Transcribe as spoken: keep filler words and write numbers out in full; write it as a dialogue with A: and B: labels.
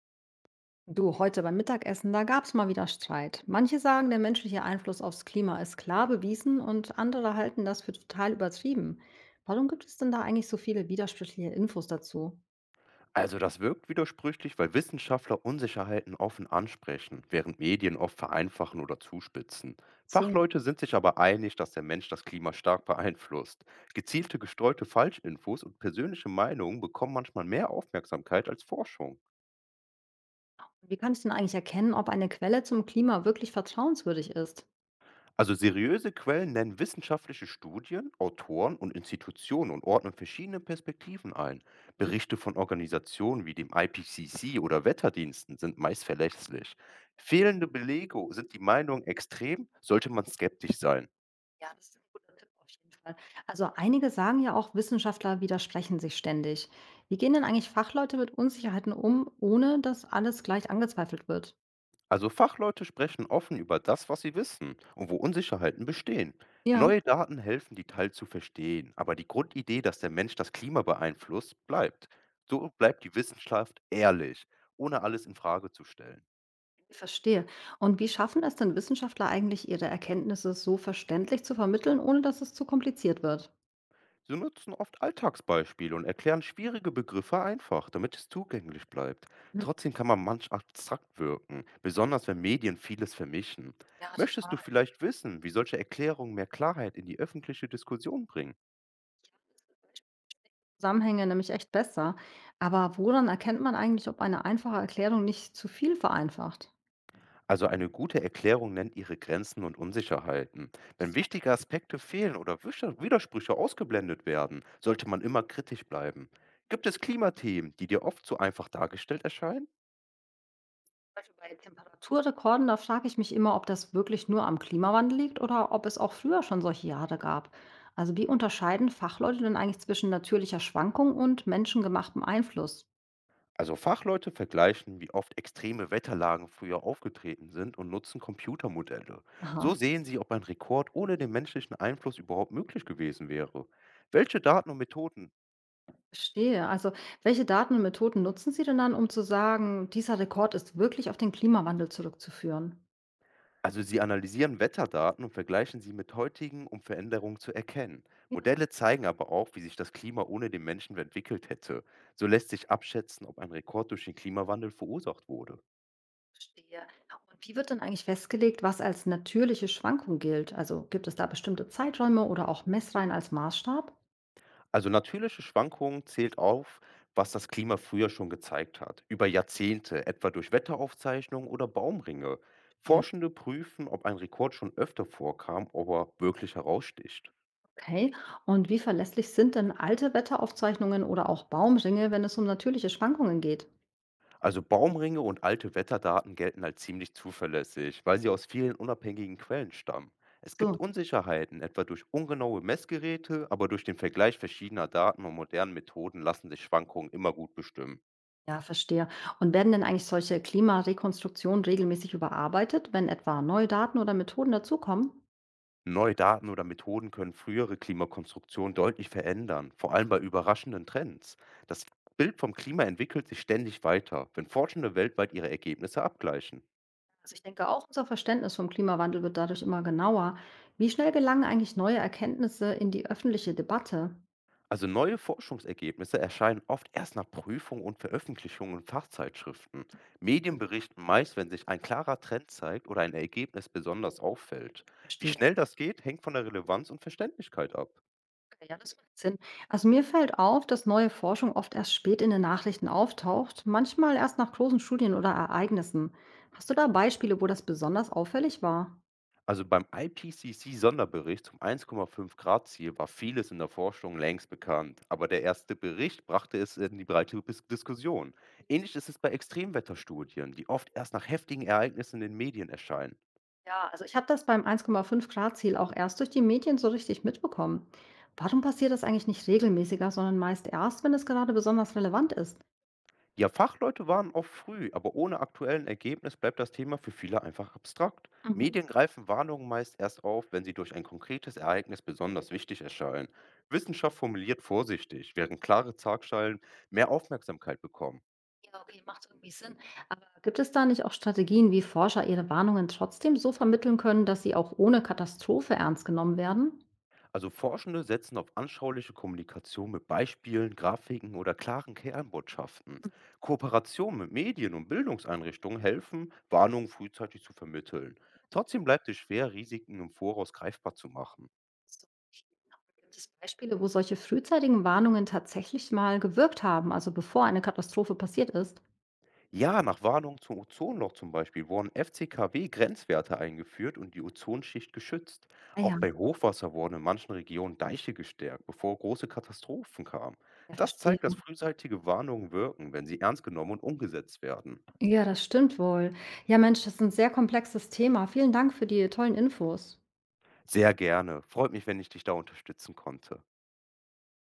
A: Du, heute beim Mittagessen, da gab es mal wieder Streit. Manche sagen, der menschliche Einfluss aufs Klima ist klar bewiesen, und andere halten das für total übertrieben. Warum gibt es denn da eigentlich so viele widersprüchliche Infos dazu?
B: Also das wirkt widersprüchlich, weil Wissenschaftler Unsicherheiten offen ansprechen, während Medien oft vereinfachen oder zuspitzen.
A: So,
B: Fachleute sind sich aber einig, dass der Mensch das Klima stark beeinflusst. Gezielte gestreute Falschinfos und persönliche Meinungen bekommen manchmal mehr Aufmerksamkeit als Forschung.
A: wie kann ich denn eigentlich erkennen, ob eine Quelle zum Klima wirklich vertrauenswürdig ist?
B: Also seriöse Quellen nennen wissenschaftliche Studien, Autoren und Institutionen und ordnen verschiedene Perspektiven ein.
A: Mhm.
B: Berichte von Organisationen wie dem I P C C oder Wetterdiensten sind meist verlässlich. Fehlende Belege sind die Meinung extrem, sollte man skeptisch sein.
A: Ja, das ist ein guter Tipp auf jeden Fall. Also einige sagen ja auch, Wissenschaftler widersprechen sich ständig. Wie gehen denn eigentlich Fachleute mit Unsicherheiten um, ohne dass alles gleich angezweifelt wird?
B: Also Fachleute sprechen offen über das, was sie wissen und wo Unsicherheiten bestehen.
A: Ja.
B: Neue Daten helfen, die Teil zu verstehen, aber die Grundidee, dass der Mensch das Klima beeinflusst, bleibt. So bleibt die Wissenschaft ehrlich, ohne alles in Frage zu stellen.
A: Verstehe. Und wie schaffen es denn Wissenschaftler eigentlich, ihre Erkenntnisse so verständlich zu vermitteln, ohne dass es zu kompliziert wird?
B: Sie nutzen oft Alltagsbeispiele und erklären schwierige Begriffe einfach, damit es zugänglich bleibt.
A: Mhm.
B: Trotzdem kann man manch abstrakt wirken, besonders wenn Medien vieles vermischen.
A: Ja,
B: Möchtest du
A: total.
B: vielleicht wissen, wie solche Erklärungen mehr Klarheit in die öffentliche Diskussion bringen?
A: Zusammenhänge nämlich echt besser. Aber woran erkennt man eigentlich, ob eine einfache Erklärung nicht zu viel vereinfacht?
B: Also eine gute Erklärung nennt ihre Grenzen und Unsicherheiten. Wenn
A: Also,
B: wichtige Aspekte fehlen oder Wische- Widersprüche ausgeblendet werden, sollte man immer kritisch bleiben. Gibt es Klimathemen, die dir oft zu einfach dargestellt erscheinen?
A: Also bei Temperaturrekorden, da frage ich mich immer, ob das wirklich nur am Klimawandel liegt oder ob es auch früher schon solche Jahre gab. Also wie unterscheiden Fachleute denn eigentlich zwischen natürlicher Schwankung und menschengemachtem Einfluss?
B: Also Fachleute vergleichen, wie oft extreme Wetterlagen früher aufgetreten sind und nutzen Computermodelle. So
A: Aha.
B: sehen sie, ob ein Rekord ohne den menschlichen Einfluss überhaupt möglich gewesen wäre. Welche Daten und Methoden.
A: Verstehe. Also, welche Daten und Methoden nutzen Sie denn dann, um zu sagen, dieser Rekord ist wirklich auf den Klimawandel zurückzuführen?
B: Also sie analysieren Wetterdaten und vergleichen sie mit heutigen, um Veränderungen zu erkennen.
A: Ja,
B: Modelle zeigen aber auch, wie sich das Klima ohne den Menschen entwickelt hätte. So lässt sich abschätzen, ob ein Rekord durch den Klimawandel verursacht wurde.
A: verstehe. Und wie wird denn eigentlich festgelegt, was als natürliche Schwankung gilt? Also gibt es da bestimmte Zeiträume oder auch Messreihen als Maßstab?
B: Also natürliche Schwankungen zählt auf, was das Klima früher schon gezeigt hat. Über Jahrzehnte, etwa durch Wetteraufzeichnungen oder Baumringe.
A: Ja.
B: Forschende prüfen, ob ein Rekord schon öfter vorkam, ob er wirklich heraussticht.
A: Okay. Und wie verlässlich sind denn alte Wetteraufzeichnungen oder auch Baumringe, wenn es um natürliche Schwankungen geht?
B: Also Baumringe und alte Wetterdaten gelten als ziemlich zuverlässig, weil sie aus vielen unabhängigen Quellen stammen. Es gibt
A: So.
B: Unsicherheiten, etwa durch ungenaue Messgeräte, aber durch den Vergleich verschiedener Daten und modernen Methoden lassen sich Schwankungen immer gut bestimmen.
A: Ja, verstehe. Und werden denn eigentlich solche Klimarekonstruktionen regelmäßig überarbeitet, wenn etwa neue Daten oder Methoden dazukommen?
B: Neue Daten oder Methoden können frühere Klimakonstruktionen deutlich verändern, vor allem bei überraschenden Trends. Das Bild vom Klima entwickelt sich ständig weiter, wenn Forschende weltweit ihre Ergebnisse abgleichen.
A: Also ich denke, auch unser Verständnis vom Klimawandel wird dadurch immer genauer. Wie schnell gelangen eigentlich neue Erkenntnisse in die öffentliche Debatte?
B: Also neue Forschungsergebnisse erscheinen oft erst nach Prüfung und Veröffentlichung in Fachzeitschriften. Medien berichten meist, wenn sich ein klarer Trend zeigt oder ein Ergebnis besonders auffällt. Wie
A: Verstehe.
B: schnell das geht, hängt von der Relevanz und Verständlichkeit ab.
A: Okay, ja, das macht Sinn. Also mir fällt auf, dass neue Forschung oft erst spät in den Nachrichten auftaucht, manchmal erst nach großen Studien oder Ereignissen. Hast du da Beispiele, wo das besonders auffällig war?
B: Also beim I P C C-Sonderbericht zum eins Komma fünf-Grad-Ziel war vieles in der Forschung längst bekannt, aber der erste Bericht brachte es in die breite Bis- Diskussion. Ähnlich ist es bei Extremwetterstudien, die oft erst nach heftigen Ereignissen in den Medien erscheinen.
A: Ja, also ich habe das beim eins Komma fünf Grad Ziel auch erst durch die Medien so richtig mitbekommen. Warum passiert das eigentlich nicht regelmäßiger, sondern meist erst, wenn es gerade besonders relevant ist?
B: Ja, Fachleute waren oft früh, aber ohne aktuellen Ergebnis bleibt das Thema für viele einfach abstrakt.
A: Mhm.
B: Medien greifen Warnungen meist erst auf, wenn sie durch ein konkretes Ereignis besonders wichtig erscheinen. Wissenschaft formuliert vorsichtig, während klare Zagschalen mehr Aufmerksamkeit bekommen.
A: Ja, okay, macht irgendwie Sinn. Aber gibt es da nicht auch Strategien, wie Forscher ihre Warnungen trotzdem so vermitteln können, dass sie auch ohne Katastrophe ernst genommen werden?
B: Also Forschende setzen auf anschauliche Kommunikation mit Beispielen, Grafiken oder klaren Kernbotschaften. Kooperation mit Medien und Bildungseinrichtungen helfen, Warnungen frühzeitig zu vermitteln. Trotzdem bleibt es schwer, Risiken im Voraus greifbar zu machen.
A: So, gibt es Beispiele, wo solche frühzeitigen Warnungen tatsächlich mal gewirkt haben, also bevor eine Katastrophe passiert ist?
B: Ja, nach Warnung zum Ozonloch zum Beispiel wurden F C K W-Grenzwerte eingeführt und die Ozonschicht geschützt.
A: Ah
B: Auch bei
A: ja,
B: Hochwasser wurden in manchen Regionen Deiche gestärkt, bevor große Katastrophen kamen.
A: ja,
B: Das
A: verstehe.
B: zeigt, dass frühzeitige Warnungen wirken, wenn sie ernst genommen und umgesetzt werden.
A: Ja, das stimmt wohl. Ja, Mensch, das ist ein sehr komplexes Thema. Vielen Dank für die tollen Infos.
B: Sehr gerne. Freut mich, wenn ich dich da unterstützen konnte.